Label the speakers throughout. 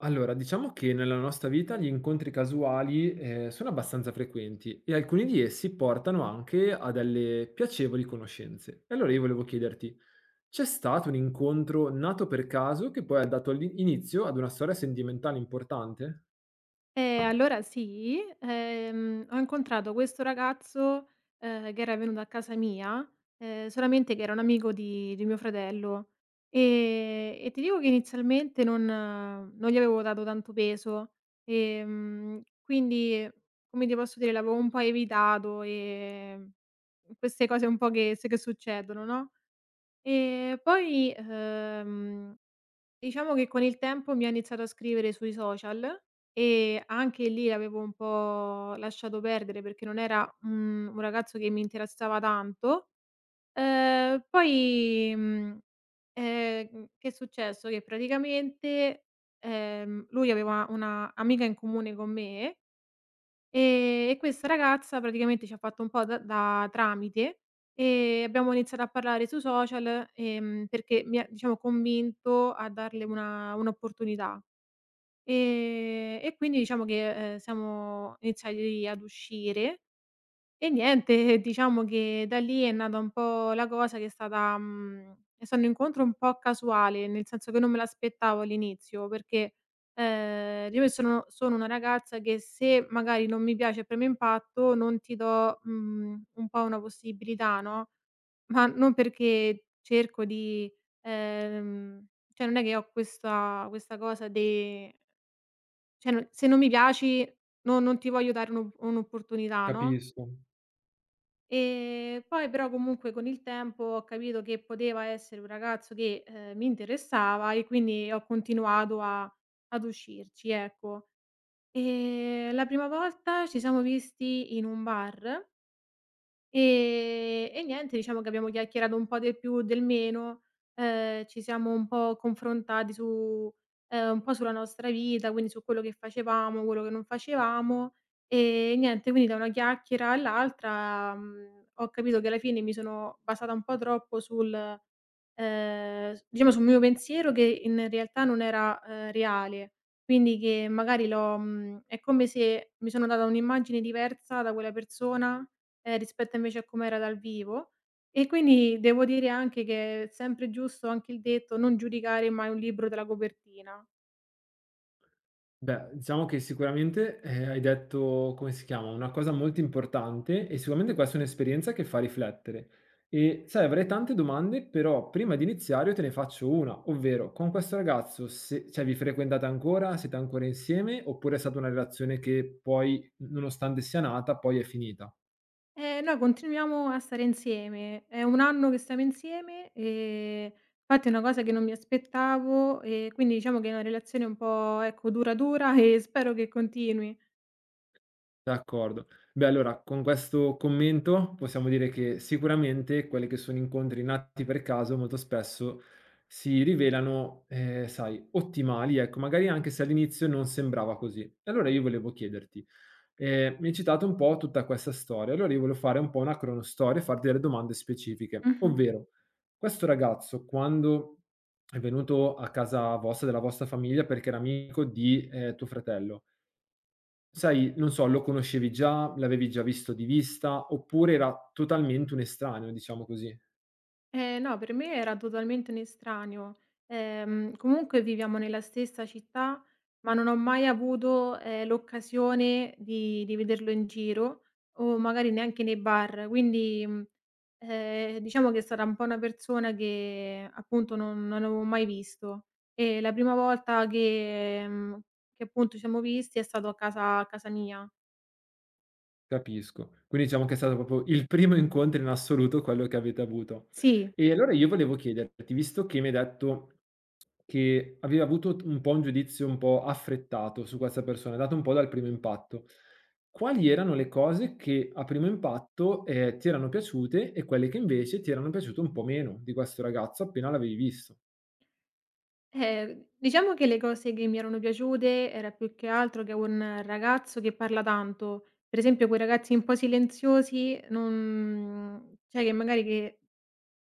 Speaker 1: Allora, diciamo che nella nostra vita gli incontri casuali, sono abbastanza frequenti e alcuni di essi portano anche a delle piacevoli conoscenze. E allora io volevo chiederti: c'è stato un incontro nato per caso che poi ha dato l'i inizio ad una storia sentimentale importante?
Speaker 2: Allora sì, ho incontrato questo ragazzo, che era venuto a casa mia, solamente che era un amico di mio fratello, e ti dico che inizialmente non gli avevo dato tanto peso. Quindi, come ti posso dire, l'avevo un po' evitato, queste cose un po' che succedono, no, e poi, diciamo che con il tempo mi ha iniziato a scrivere sui social e anche lì avevo un po' lasciato perdere perché non era un ragazzo che mi interessava tanto. Poi, che è successo? Che praticamente, lui aveva una amica in comune con me. E questa ragazza praticamente ci ha fatto un po' da tramite, e abbiamo iniziato a parlare sui social, perché mi ha, diciamo, convinto a darle una un'opportunità. E quindi, diciamo che, siamo iniziati ad uscire e niente, diciamo che da lì è nata un po' la cosa che è stato un incontro un po' casuale, nel senso che non me l'aspettavo all'inizio, perché, io sono una ragazza che, se magari non mi piace e premo impatto, non ti do, un po' una possibilità, no, ma non perché cerco di, ehm, cioè non è che ho questa cosa de cioè, no, se non mi piaci, no, non ti voglio dare un'opportunità, no?
Speaker 1: Capisco.
Speaker 2: E poi però comunque con il tempo ho capito che poteva essere un ragazzo che, mi interessava e quindi ho continuato a ad uscirci, ecco. La prima volta ci siamo visti in un bar. E niente, diciamo che abbiamo chiacchierato un po' del più, del meno, ci siamo un po' confrontati su, un po' sulla nostra vita, quindi su quello che facevamo, quello che non facevamo, niente, quindi da una chiacchiera all'altra, ho capito che alla fine mi sono basata un po' troppo sul s diciamo sul mio pensiero, che in realtà non era, reale. Quindi che magari è come se mi sono data un'immagine diversa da quella persona, rispetto invece a com'era dal vivo. E quindi devo dire anche che è sempre giusto anche il detto: "Non giudicare mai un libro dalla copertina".
Speaker 1: Beh, diciamo che sicuramente, hai detto come si chiama, una cosa molto importante e sicuramente questa è un'esperienza che fa riflettere. E sai, avrei tante domande, però prima di iniziare io te ne faccio una, ovvero: con questo ragazzo se cioè vi frequentate ancora, siete ancora insieme, oppure è stata una relazione che poi, nonostante sia nata, poi è finita?
Speaker 2: E noi continuiamo a stare insieme. È 1 anno che stiamo insieme, infatti è una cosa che non mi aspettavo, e quindi diciamo che è una relazione un po', ecco, dura, dura e spero che continui.
Speaker 1: D'accordo. Beh, allora con questo commento possiamo dire che sicuramente quelli che sono incontri nati per caso molto spesso si rivelano, sai, ottimali, ecco, magari anche se all'inizio non sembrava così. E allora io volevo chiederti, mi hai citato un po' tutta questa storia, allora io volevo fare un po' una cronostoria e farti delle domande specifiche,
Speaker 2: Mh-mh.
Speaker 1: ovvero: questo ragazzo quando è venuto a casa vostra, della vostra famiglia, perché era amico di, tuo fratello. Sai, non so, lo conoscevi già, l'avevi già visto di vista, oppure era totalmente un estraneo, diciamo così.
Speaker 2: No, per me era totalmente un estraneo. Comunque viviamo nella stessa città, ma non ho mai avuto, l'occasione di vederlo in giro o magari neanche nei bar. Quindi, diciamo che è stata un po' una persona che appunto non avevo mai visto e la prima volta che appunto ci siamo visti è stato a casa mia.
Speaker 1: Capisco. Quindi diciamo che è stato proprio il primo incontro in assoluto quello che avete avuto.
Speaker 2: Sì.
Speaker 1: E allora io volevo chiederti, visto che mi hai detto che avevi avuto t un po' un giudizio un po' affrettato su questa persona, dato un po' dal primo impatto, quali erano le cose che a primo impatto, ti erano piaciute e quelle che invece ti erano piaciute un po' meno di questo ragazzo appena l'avevi visto?
Speaker 2: Diciamo che le cose che mi erano piaciute era più che altro che un ragazzo che parla tanto. Per esempio quei ragazzi un po' silenziosi, non, cioè, che magari che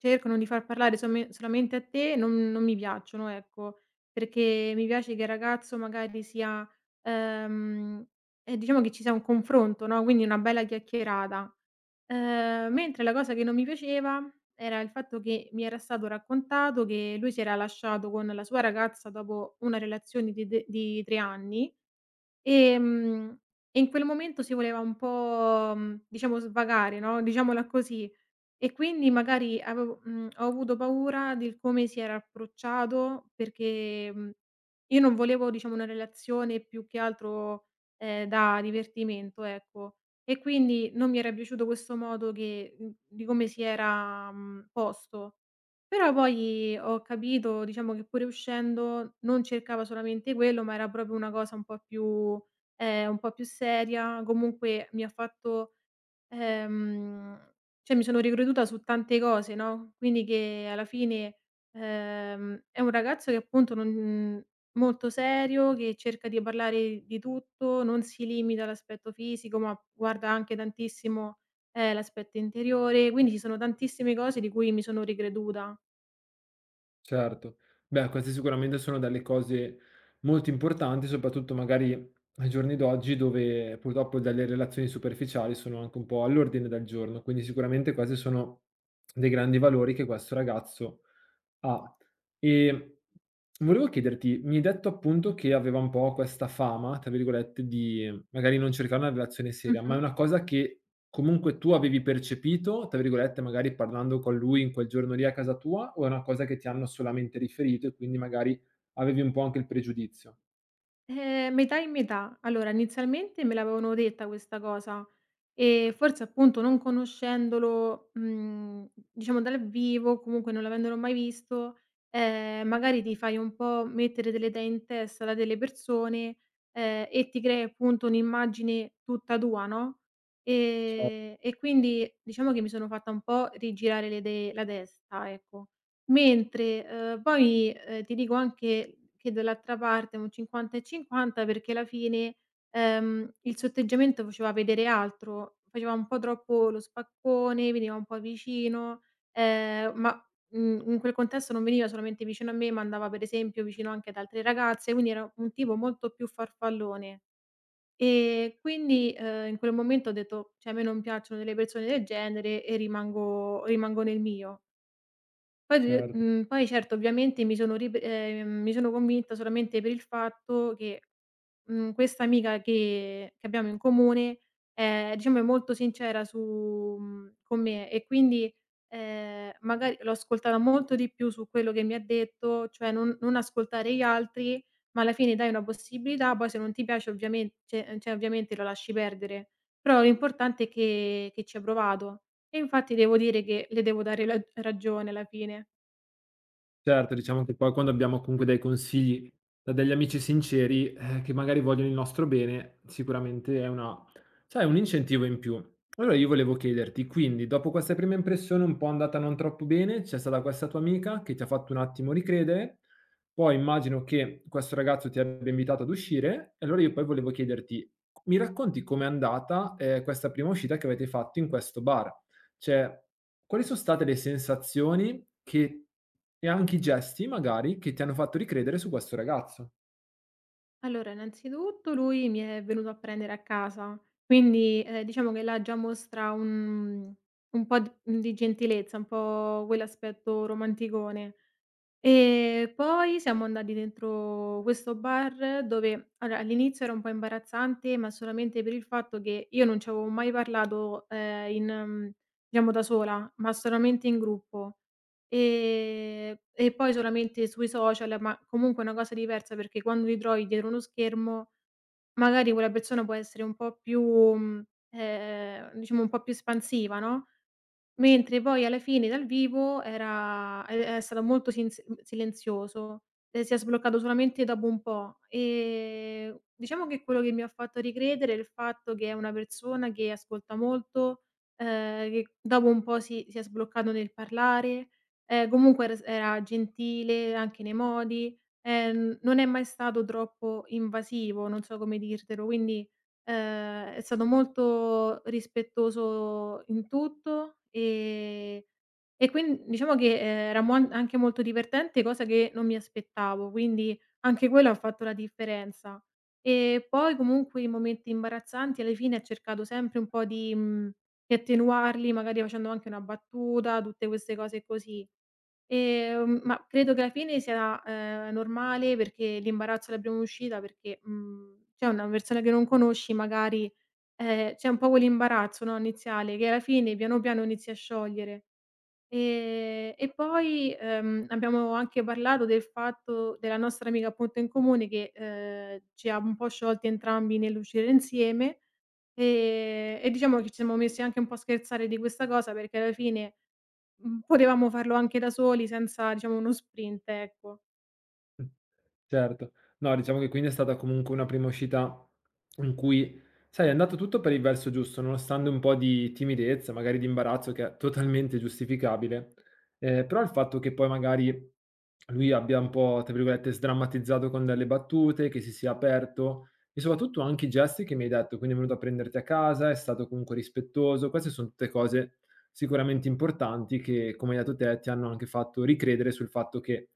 Speaker 2: cercano di far parlare some solamente a te, non mi piacciono, ecco, perché mi piace che il ragazzo magari sia, ehm, diciamo che ci sia un confronto, no, quindi una bella chiacchierata. Mentre la cosa che non mi piaceva era il fatto che mi era stato raccontato che lui si era lasciato con la sua ragazza dopo una relazione di 3 anni, ehm, e in quel momento si voleva un po', diciamo, svagare, no, diciamola così. E quindi magari ho avuto paura del come si era approcciato perché, io non volevo, diciamo, una relazione più che altro, da divertimento, ecco. E quindi non mi era piaciuto questo modo di come si era, posto. Però poi ho capito, diciamo, che pure uscendo non cercava solamente quello, ma era proprio una cosa un po' più, un po' più seria, comunque mi ha fatto. Ehm, cioè, mi sono ricreduta su tante cose, no, quindi che alla fine, è un ragazzo che appunto non molto serio, che cerca di parlare di tutto, non si limita all'aspetto fisico, ma guarda anche tantissimo, l'aspetto interiore, quindi ci sono tantissime cose di cui mi sono ricreduta.
Speaker 1: Certo. Beh, queste sicuramente sono delle cose molto importanti, soprattutto magari ai giorni d'oggi dove purtroppo delle relazioni superficiali sono anche un po' all'ordine del giorno, quindi sicuramente questi sono dei grandi valori che questo ragazzo. Ah, e volevo chiederti, mi hai detto appunto che aveva un po' questa "fama", tra virgolette, di mhmm, magari non cercare una relazione seria, ma è
Speaker 2: Mh-mh.
Speaker 1: una cosa che comunque tu avevi percepito, tra virgolette, magari parlando con lui in quel giorno lì a casa tua, o è una cosa che ti hanno solamente riferito e quindi magari avevi un po' anche il pregiudizio?
Speaker 2: Metà e metà. Allora, inizialmente me l'avevano detta questa cosa e forse, appunto, non conoscendolo, diciamo, dal vivo, comunque non l'avendolo mai visto, magari ti fai un po' mettere delle idee in testa da delle persone, e ti crei appunto un'immagine tutta tua, no,
Speaker 1: Ce cer
Speaker 2: e quindi diciamo che mi sono fatta un po' rigirare le idee, la testa, ecco. Mentre, poi, ti dico anche che dall'altra parte un 50 e 50, perché alla fine, il sotteggiamento faceva vedere altro, faceva un po' troppo lo spaccone, veniva un po' vicino, ehm, ma, in quel contesto non veniva solamente vicino a me, ma andava per esempio vicino anche ad altre ragazze, quindi era un tipo molto più farfallone. E quindi, in quel momento ho detto: "Cioè a me non piacciono delle persone del genere" e rimango nel mio.
Speaker 1: Certo.
Speaker 2: Poi, certo, ovviamente mi sono rib mi sono convinta solamente per il fatto che, questa amica che abbiamo in comune è, diciamo, è molto sincera con me, e quindi, magari l'ho ascoltata molto di più su quello che mi ha detto, cioè non ascoltare gli altri, ma alla fine dai una possibilità, poi se non ti piace ovviamente lo lasci perdere, però l'importante è che ci ha provato. E infatti devo dire che le devo dare la ragione alla fine.
Speaker 1: Certo, diciamo che poi quando abbiamo comunque dei consigli da degli amici sinceri, che magari vogliono il nostro bene, sicuramente è una, sai, un incentivo in più. Allora io volevo chiederti, quindi dopo questa prima impressione un po' andata non troppo bene, c'è stata questa tua amica che ti ha fatto un attimo ricredere, poi immagino che questo ragazzo ti abbia invitato ad uscire, e allora io poi volevo chiederti: mi racconti com'è andata, questa prima uscita che avete fatto in questo bar? Cioè, quali sono state le sensazioni che e anche i gesti magari, che ti hanno fatto ricredere su questo ragazzo?
Speaker 2: Allora, innanzitutto lui mi è venuto a prendere a casa, quindi, diciamo che là già mostra un po' d di gentilezza, un po' quell'aspetto romanticone. E poi siamo andati dentro questo bar dove, allora, all'inizio era un po' imbarazzante, ma solamente per il fatto che io non ci avevo mai parlato, in, diciamo, da sola, ma solamente in gruppo. E poi solamente sui social, ma comunque è una cosa diversa, perché quando ti trovi dietro uno schermo, magari quella persona può essere un po' più, diciamo, un po' più espansiva, no. Mentre poi alla fine dal vivo era è stato molto silenzioso, si è sbloccato solamente dopo un po'. Diciamo che quello che mi ha fatto ricredere è il fatto che è una persona che ascolta molto, che dopo un po' si è sbloccato nel parlare, comunque era gentile anche nei modi, non è mai stato troppo invasivo, non so come dirtelo, quindi. È stato molto rispettoso in tutto, e quin diciamo che, era mon anche molto divertente, cosa che non mi aspettavo, quindi anche quello ha fatto la differenza. E poi comunque i momenti imbarazzanti alla fine ha cercato sempre un po' di attenuarli, magari facendo anche una battuta, tutte queste cose così. Ma credo che alla fine sia, normale, perché l'imbarazzo è la prima uscita, perché, cioè una persona che non conosci magari, c'è un po' quell'imbarazzo, no, iniziale, che alla fine piano piano inizi a sciogliere. E poi, abbiamo anche parlato del fatto della nostra amica, appunto, in comune, che, ci ha un po' sciolti entrambi nell'uscire insieme, e diciamo che ci siamo messi anche un po' a scherzare di questa cosa, perché alla fine, potevamo farlo anche da soli senza, diciamo, uno sprint, ecco.
Speaker 1: Mh, certo. No, diciamo che quindi è stata comunque una prima uscita in cui, sai, è andato tutto per il verso giusto, nonostante un po' di timidezza, magari di imbarazzo che è totalmente giustificabile, però il fatto che poi magari lui abbia un po', tra virgolette, "sdrammatizzato" con delle battute, che si sia aperto e soprattutto anche i gesti che mi hai detto, quindi è venuto a prenderti a casa, è stato comunque rispettoso. Queste son tutte cose sicuramente importanti che, come hai detto te, ti hanno anche fatto ricredere sul fatto che.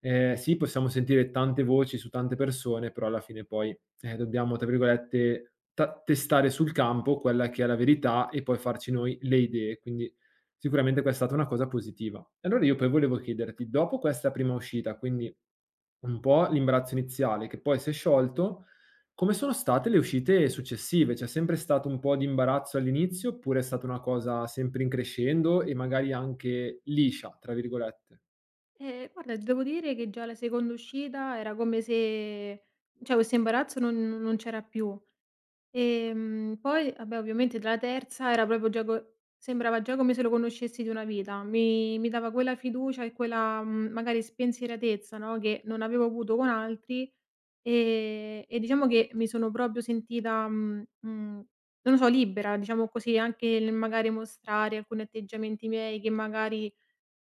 Speaker 1: Sì, possiamo sentire tante voci su tante persone, però alla fine poi, dobbiamo, tra virgolette, ta "testare" sul campo quella che è la verità e poi farci noi le idee, quindi sicuramente que è stata una cosa positiva. E allora io poi volevo chiederti, dopo questa prima uscita, quindi un po' l'imbarazzo iniziale che poi si è sciolto, come sono state le uscite successive? C'è sempre stato un po' di imbarazzo all'inizio, oppure è stata una cosa sempre in crescendo e magari anche "liscia", tra virgolette?
Speaker 2: E guarda, ti devo dire che già la seconda uscita era come se, cioè, questo imbarazzo non c'era più. Poi, vabbè, ovviamente dalla terza era proprio già co sembrava già come se lo conoscessi di una vita. Mi dava quella fiducia e quella, magari spensieratezza, no, che non avevo avuto con altri. E diciamo che mi sono proprio sentita, non lo so, libera, diciamo così, anche nel magari mostrare alcuni atteggiamenti miei che magari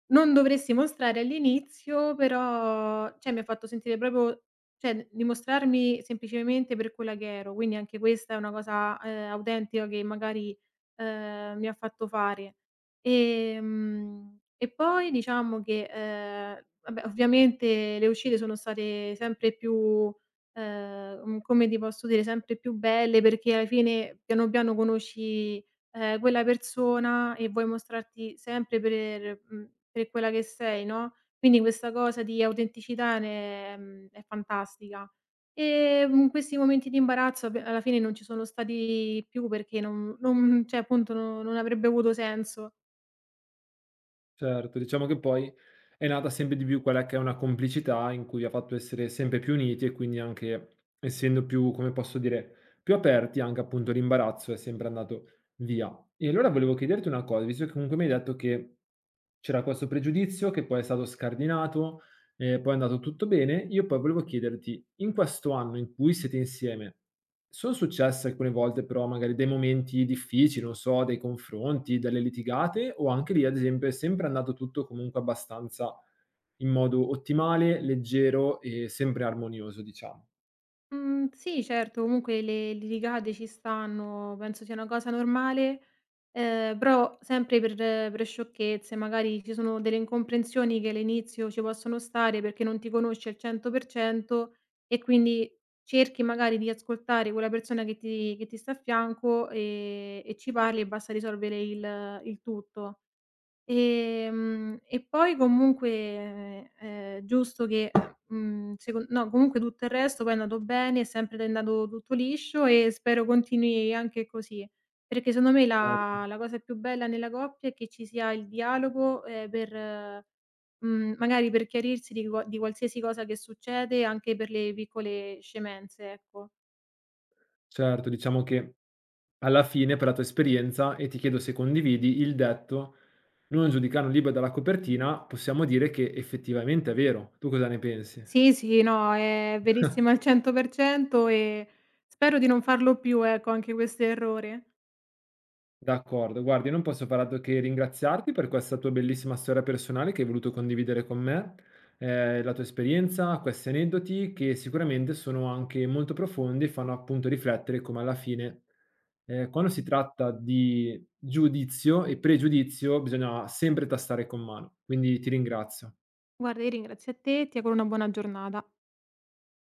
Speaker 2: non dovresti mostrare all'inizio, però cioè mi ha fatto sentire proprio, cioè, dimostrarmi semplicemente per quella che ero, quindi anche questa è una cosa, autentica, che magari, mi ha fatto fare. E poi diciamo che, vabbè, ovviamente le uscite sono state sempre più, come ti posso dire, sempre più belle, perché alla fine piano piano conosci, quella persona e vuoi mostrarti sempre per, per quella che sei, no, quindi questa cosa di autenticità è fantastica. Questi momenti di imbarazzo pe alla fine non ci sono stati più, perché non cioè, appunto, no, non avrebbe avuto senso.
Speaker 1: Certo, diciamo che poi è nata sempre di più quella che è una complicità in cui vi ha fatto essere sempre più uniti e quindi anche essendo più, come posso dire, più aperti, anche appunto l'imbarazzo è sempre andato via. E allora volevo chiederti una cosa, visto che comunque mi hai detto che c'era questo pregiudizio che poi è stato scardinato, poi è andato tutto bene, io poi volevo chiederti, in questo anno in cui siete insieme, sono successe alcune volte però magari dei momenti difficili, non so, dei confronti, delle litigate o anche lì ad esempio è sempre andato tutto comunque abbastanza in modo ottimale, leggero e sempre armonioso diciamo.
Speaker 2: Mhmm, sì, certo, comunque le litigate ci stanno, penso sia una cosa normale, però sempre per sciocchezze, magari ci sono delle incomprensioni che all'inizio ci possono stare perché non ti conosci al 100% e quindi cerchi magari di ascoltare quella persona che ti sta a fianco, e ci parli e basta risolvere il tutto. E poi comunque è giusto che, mhmm, secon no, comunque tutto il resto poi è andato bene, è sempre andato tutto liscio e spero continui anche così, perché secondo me
Speaker 1: Certo,
Speaker 2: la cosa più bella nella coppia è che ci sia il dialogo, per, mhmm, magari per chiarirsi di qualsiasi cosa che succede, anche per le piccole scemenze, ecco.
Speaker 1: certo, diciamo che alla fine per la tua esperienza, e ti chiedo se condividi, il detto: "Non giudicare un libro dalla copertina", possiamo dire che effettivamente è vero. Tu cosa ne pensi?
Speaker 2: Sì, sì, no, è verissimo al 100% e spero di non farlo più, ecco, anche questo errore.
Speaker 1: D'accordo, guardi, io non posso far altro che ringraziarti per questa tua bellissima storia personale che hai voluto condividere con me, la tua esperienza, questi aneddoti che sicuramente sono anche molto profondi e fanno appunto riflettere come alla fine, quando si tratta di giudizio e pregiudizio bisogna sempre tastare con mano. Quindi ti ringrazio.
Speaker 2: Guarda, io ringrazio a te, e ti auguro una buona giornata.